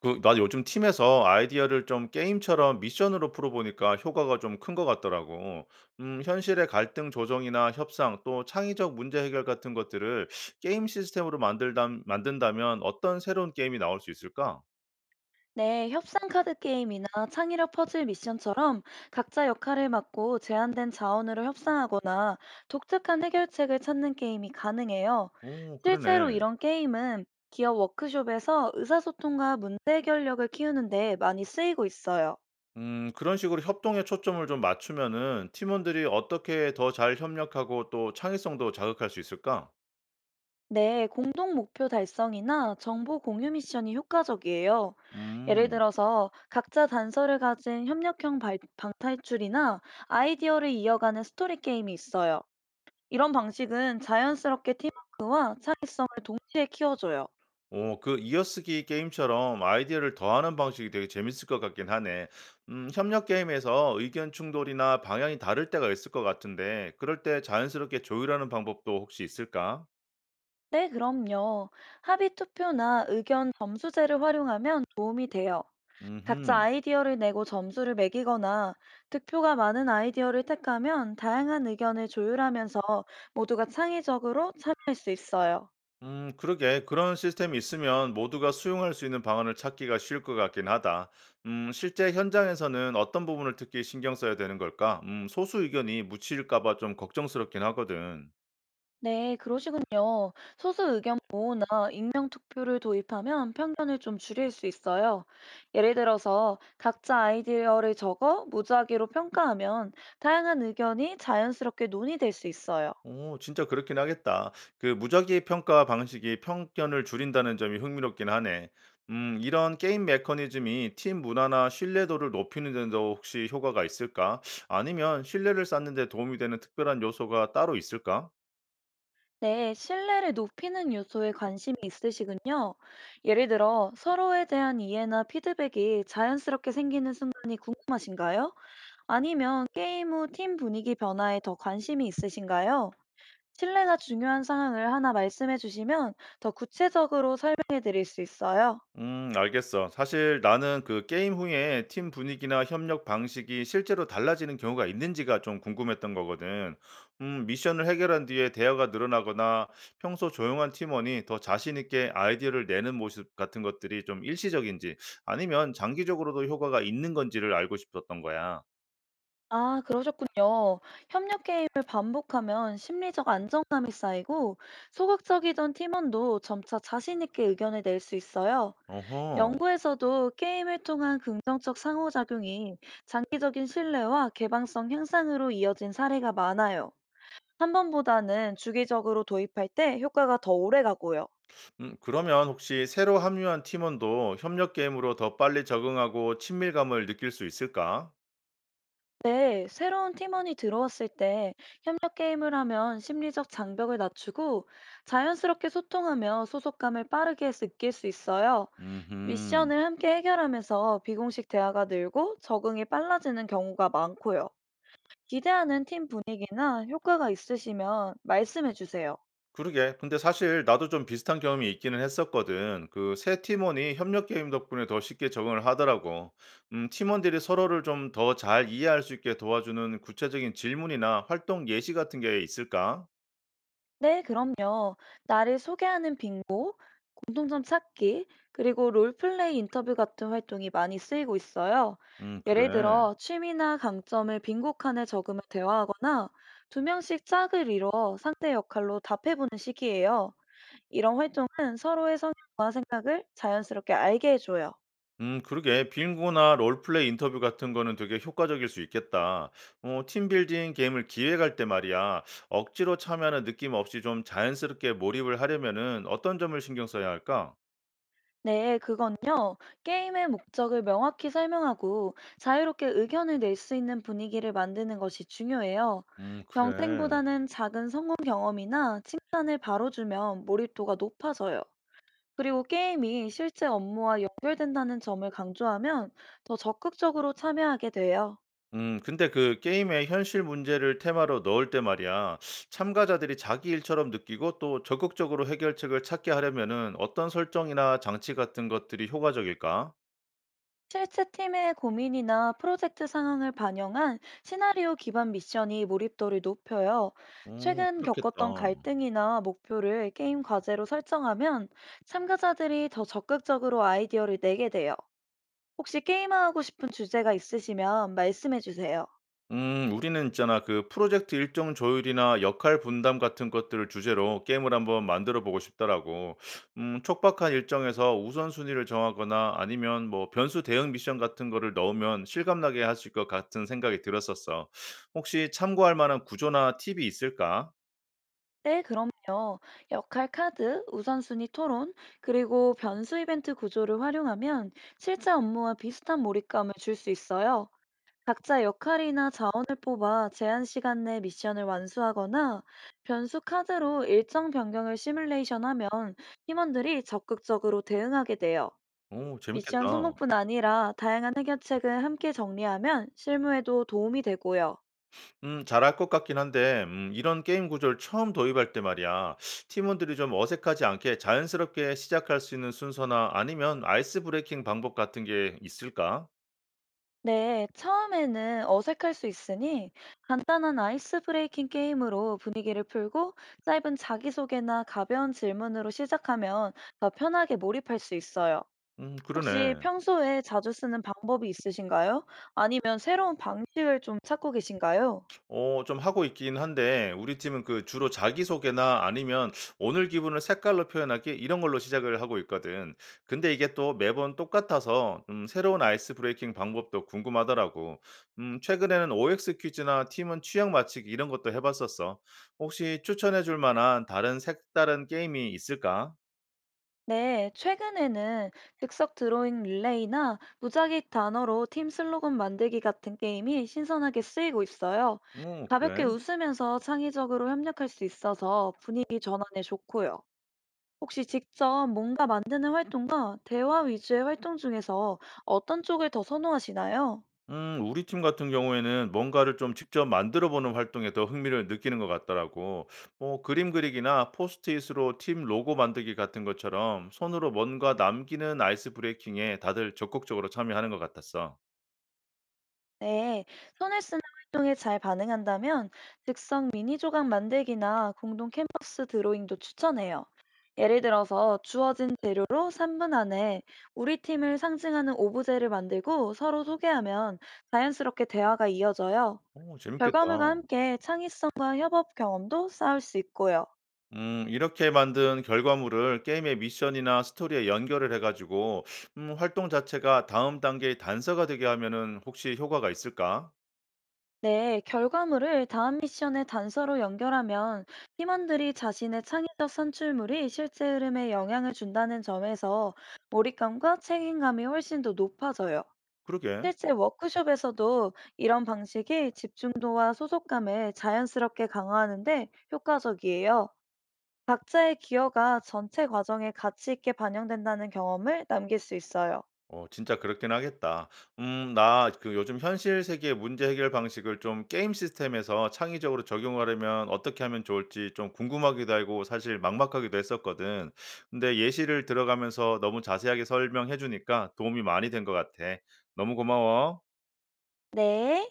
나 요즘 팀에서 아이디어를 좀 게임처럼 미션으로 풀어보니까 효과가 좀 큰 것 같더라고. 현실의 갈등 조정이나 협상 또 창의적 문제 해결 같은 것들을 게임 시스템으로 만든다면 어떤 새로운 게임이 나올 수 있을까? 네, 협상 카드 게임이나 창의력 퍼즐 미션처럼 각자 역할을 맡고 제한된 자원으로 협상하거나 독특한 해결책을 찾는 게임이 가능해요. 오, 실제로 그러네. 이런 게임은 기업 워크숍에서 의사소통과 문제 해결력을 키우는데 많이 쓰이고 있어요. 그런 식으로 협동에 초점을 좀 맞추면은 팀원들이 어떻게 더 잘 협력하고 또 창의성도 자극할 수 있을까? 네, 공동 목표 달성이나 정보 공유 미션이 효과적이에요. 예를 음. 들어서 각자 단서를 가진 협력형 방탈출이나 아이디어를 이어가는 스토리 게임이 있어요. 이런 방식은 자연스럽게 팀워크에 키워줘요. 오, 이어쓰기 게임처럼 아이디어를 더하는 방식이 되게 재밌을 것 같긴 하네. 협력 게임에서 의견 충돌이나 방향이 다를 때가 있을 것 같은데 그럴 때 자연스럽게 조율하는 방법도 혹시 있을까? 네, 그럼요. 합의 투표나 의견 점수제를 활용하면 도움이 돼요. 각자 음흠. 아이디어를 내고 점수를 매기거나 득표가 많은 아이디어를 택하면 다양한 의견을 조율하면서 모두가 창의적으로 참여할 수 있어요. 그러게. 그런 시스템이 있으면 모두가 수용할 수 있는 방안을 찾기가 쉬울 것 같긴 하다. 실제 현장에서는 어떤 부분을 특히 신경 써야 되는 걸까? 소수 의견이 묻힐까 봐 좀 걱정스럽긴 하거든. 네, 그러시군요. 소수 의견 보호나 익명 투표를 도입하면 편견을 좀 줄일 수 있어요. 예를 들어서 각자 아이디어를 적어 무작위로 평가하면 다양한 의견이 자연스럽게 논의될 수 있어요. 오, 진짜 그렇긴 하겠다. 무작위 평가 방식이 편견을 줄인다는 점이 흥미롭긴 하네. 이런 게임 메커니즘이 팀 문화나 신뢰도를 높이는 데도 혹시 효과가 있을까? 아니면 신뢰를 쌓는 데 도움이 되는 특별한 요소가 따로 있을까? 네, 신뢰를 높이는 요소에 관심이 있으시군요. 예를 들어 서로에 대한 이해나 피드백이 자연스럽게 생기는 순간이 궁금하신가요? 아니면 게임 후 팀 분위기 변화에 더 관심이 있으신가요? 신뢰나 중요한 상황을 하나 말씀해 주시면 더 구체적으로 설명해 드릴 수 있어요. 알겠어. 사실 나는 그 게임 후에 팀 분위기나 협력 방식이 실제로 달라지는 경우가 있는지가 좀 궁금했던 거거든. 미션을 해결한 뒤에 대화가 늘어나거나 평소 조용한 팀원이 더 자신 있게 아이디어를 내는 모습 같은 것들이 좀 일시적인지 아니면 장기적으로도 효과가 있는 건지를 알고 싶었던 거야. 아, 그러셨군요. 협력 게임을 반복하면 심리적 안정감이 쌓이고 소극적이던 팀원도 점차 자신 있게 의견을 낼 수 있어요. 어허. 연구에서도 게임을 통한 긍정적 상호작용이 장기적인 신뢰와 개방성 향상으로 이어진 사례가 많아요. 한 번보다는 주기적으로 도입할 때 효과가 더 오래 가고요. 그러면 혹시 새로 합류한 팀원도 협력 게임으로 더 빨리 적응하고 친밀감을 느낄 수 있을까? 네, 새로운 팀원이 들어왔을 때 협력 게임을 하면 심리적 장벽을 낮추고 자연스럽게 소통하며 소속감을 빠르게 느낄 수 있어요. 음흠. 미션을 함께 해결하면서 비공식 대화가 늘고 적응이 빨라지는 경우가 많고요. 기대하는 팀 분위기나 효과가 있으시면 말씀해 주세요. 그러게. 근데 사실 나도 좀 비슷한 경험이 있기는 했었거든. 그 새 팀원이 협력 게임 덕분에 더 쉽게 적응을 하더라고. 팀원들이 서로를 좀 더 잘 이해할 수 있게 도와주는 구체적인 질문이나 활동 예시 같은 게 있을까? 네, 그럼요. 나를 소개하는 빙고, 공통점 찾기, 그리고 롤플레이 인터뷰 같은 활동이 많이 쓰이고 있어요. 예를 그래. 들어, 취미나 강점을 빈곡칸에 적으며 대화하거나 두 명씩 짝을 이뤄 상대 역할로 답해보는 시기예요. 이런 활동은 서로의 성향을 자연스럽게 알게 해줘요. 그러게. 빙고나 롤플레이 인터뷰 같은 거는 되게 효과적일 수 있겠다. 팀빌딩 게임을 기획할 때 말이야. 억지로 참여하는 느낌 없이 좀 자연스럽게 몰입을 하려면은 어떤 점을 신경 써야 할까? 네, 그건요. 게임의 목적을 명확히 설명하고 자유롭게 의견을 낼 수 있는 분위기를 만드는 것이 중요해요. 그래. 경쟁보다는 작은 성공 경험이나 칭찬을 바로 주면 몰입도가 높아져요. 그리고 게임이 실제 업무와 연결된다는 점을 강조하면 더 적극적으로 참여하게 돼요. 근데 그 게임에 현실 문제를 테마로 넣을 때 말이야. 참가자들이 자기 일처럼 느끼고 또 적극적으로 해결책을 찾게 하려면은 어떤 설정이나 장치 같은 것들이 효과적일까? 실제 팀의 고민이나 프로젝트 상황을 반영한 시나리오 기반 미션이 몰입도를 높여요. 오 최근 그렇겠다. 겪었던 갈등이나 목표를 게임 과제로 설정하면 참가자들이 더 적극적으로 아이디어를 내게 돼요. 혹시 게임화하고 싶은 주제가 있으시면 말씀해 주세요. 우리는 있잖아, 그 프로젝트 일정 조율이나 역할 분담 같은 것들을 주제로 게임을 한번 만들어 보고 싶더라고. 촉박한 일정에서 우선순위를 정하거나 아니면 뭐 변수 대응 미션 같은 거를 넣으면 실감나게 할 수 있을 것 같은 생각이 들었었어. 혹시 참고할 만한 구조나 팁이 있을까? 네, 그럼요. 역할 카드, 우선순위 토론, 그리고 변수 이벤트 구조를 활용하면 실제 업무와 비슷한 몰입감을 줄 수 있어요. 각자 역할이나 자원을 뽑아 제한 시간 내 미션을 완수하거나 변수 카드로 일정 변경을 시뮬레이션하면 팀원들이 적극적으로 대응하게 돼요. 오, 미션 재밌겠다. 성공뿐 아니라 다양한 해결책을 함께 정리하면 실무에도 도움이 되고요. 잘할 것 같긴 한데, 이런 게임 구조를 처음 도입할 때 말이야, 팀원들이 좀 어색하지 않게 자연스럽게 시작할 수 있는 순서나 아니면 아이스 브레이킹 방법 같은 게 있을까? 네, 처음에는 어색할 수 있으니 간단한 아이스 브레이킹 게임으로 분위기를 풀고 짧은 자기소개나 가벼운 질문으로 시작하면 더 편하게 몰입할 수 있어요. 혹시 그러네. 평소에 자주 쓰는 방법이 있으신가요? 아니면 새로운 방식을 좀 찾고 계신가요? 좀 하고 있긴 한데 우리 팀은 주로 자기소개나 아니면 "오늘 기분을 색깔로 표현하기." 이런 걸로 시작을 하고 있거든. 근데 이게 또 매번 똑같아서 새로운 아이스 브레이킹 방법도 궁금하더라고. 최근에는 OX 퀴즈나 팀원 취향 맞추기 이런 것도 해 봤었어. 혹시 추천해 줄 만한 다른 색다른 게임이 있을까? 네, 최근에는 즉석 드로잉 릴레이나 무작위 단어로 팀 슬로건 만들기 같은 게임이 신선하게 쓰이고 있어요. 어 가볍게 그래. 웃으면서 창의적으로 협력할 수 있어서 분위기 전환에 좋고요. 혹시 직접 뭔가 만드는 활동과 대화 위주의 활동 중에서 어떤 쪽을 더 선호하시나요? 우리 팀 같은 경우에는 뭔가를 좀 직접 만들어 보는 활동에 더 흥미를 느끼는 것 같더라고. 뭐 그림 그리기나 포스트잇으로 팀 로고 만들기 같은 것처럼 손으로 뭔가 남기는 아이스 브레이킹에 다들 적극적으로 참여하는 것 같았어. 네, 손을 쓰는 활동에 잘 반응한다면 즉석 미니 조각 만들기나 공동 캔버스 드로잉도 추천해요. 예를 들어서 주어진 재료로 3분 안에 우리 팀을 상징하는 오브제를 만들고 서로 소개하면 자연스럽게 대화가 이어져요. 오, 재밌겠다. 결과물과 함께 창의성과 협업 경험도 쌓을 수 있고요. 이렇게 만든 결과물을 게임의 미션이나 스토리에 연결을 해가지고, 활동 자체가 다음 단계의 단서가 되게 하면은 혹시 효과가 있을까? 네, 결과물을 다음 미션의 단서로 연결하면 팀원들이 자신의 창의적 산출물이 실제 흐름에 영향을 준다는 점에서 몰입감과 책임감이 훨씬 더 높아져요. 그러게. 실제 워크숍에서도 이런 방식이 집중도와 소속감을 자연스럽게 강화하는데 효과적이에요. 각자의 기여가 전체 과정에 가치 있게 반영된다는 경험을 남길 수 있어요. 진짜 그렇긴 하겠다. 나 그 요즘 현실 세계의 문제 해결 방식을 좀 게임 시스템에서 창의적으로 적용하려면 어떻게 하면 좋을지 좀 궁금하기도 하고 사실 막막하기도 했었거든. 근데 예시를 들어가면서 너무 자세하게 설명해 주니까 도움이 많이 된 것 같아. 너무 고마워. 네.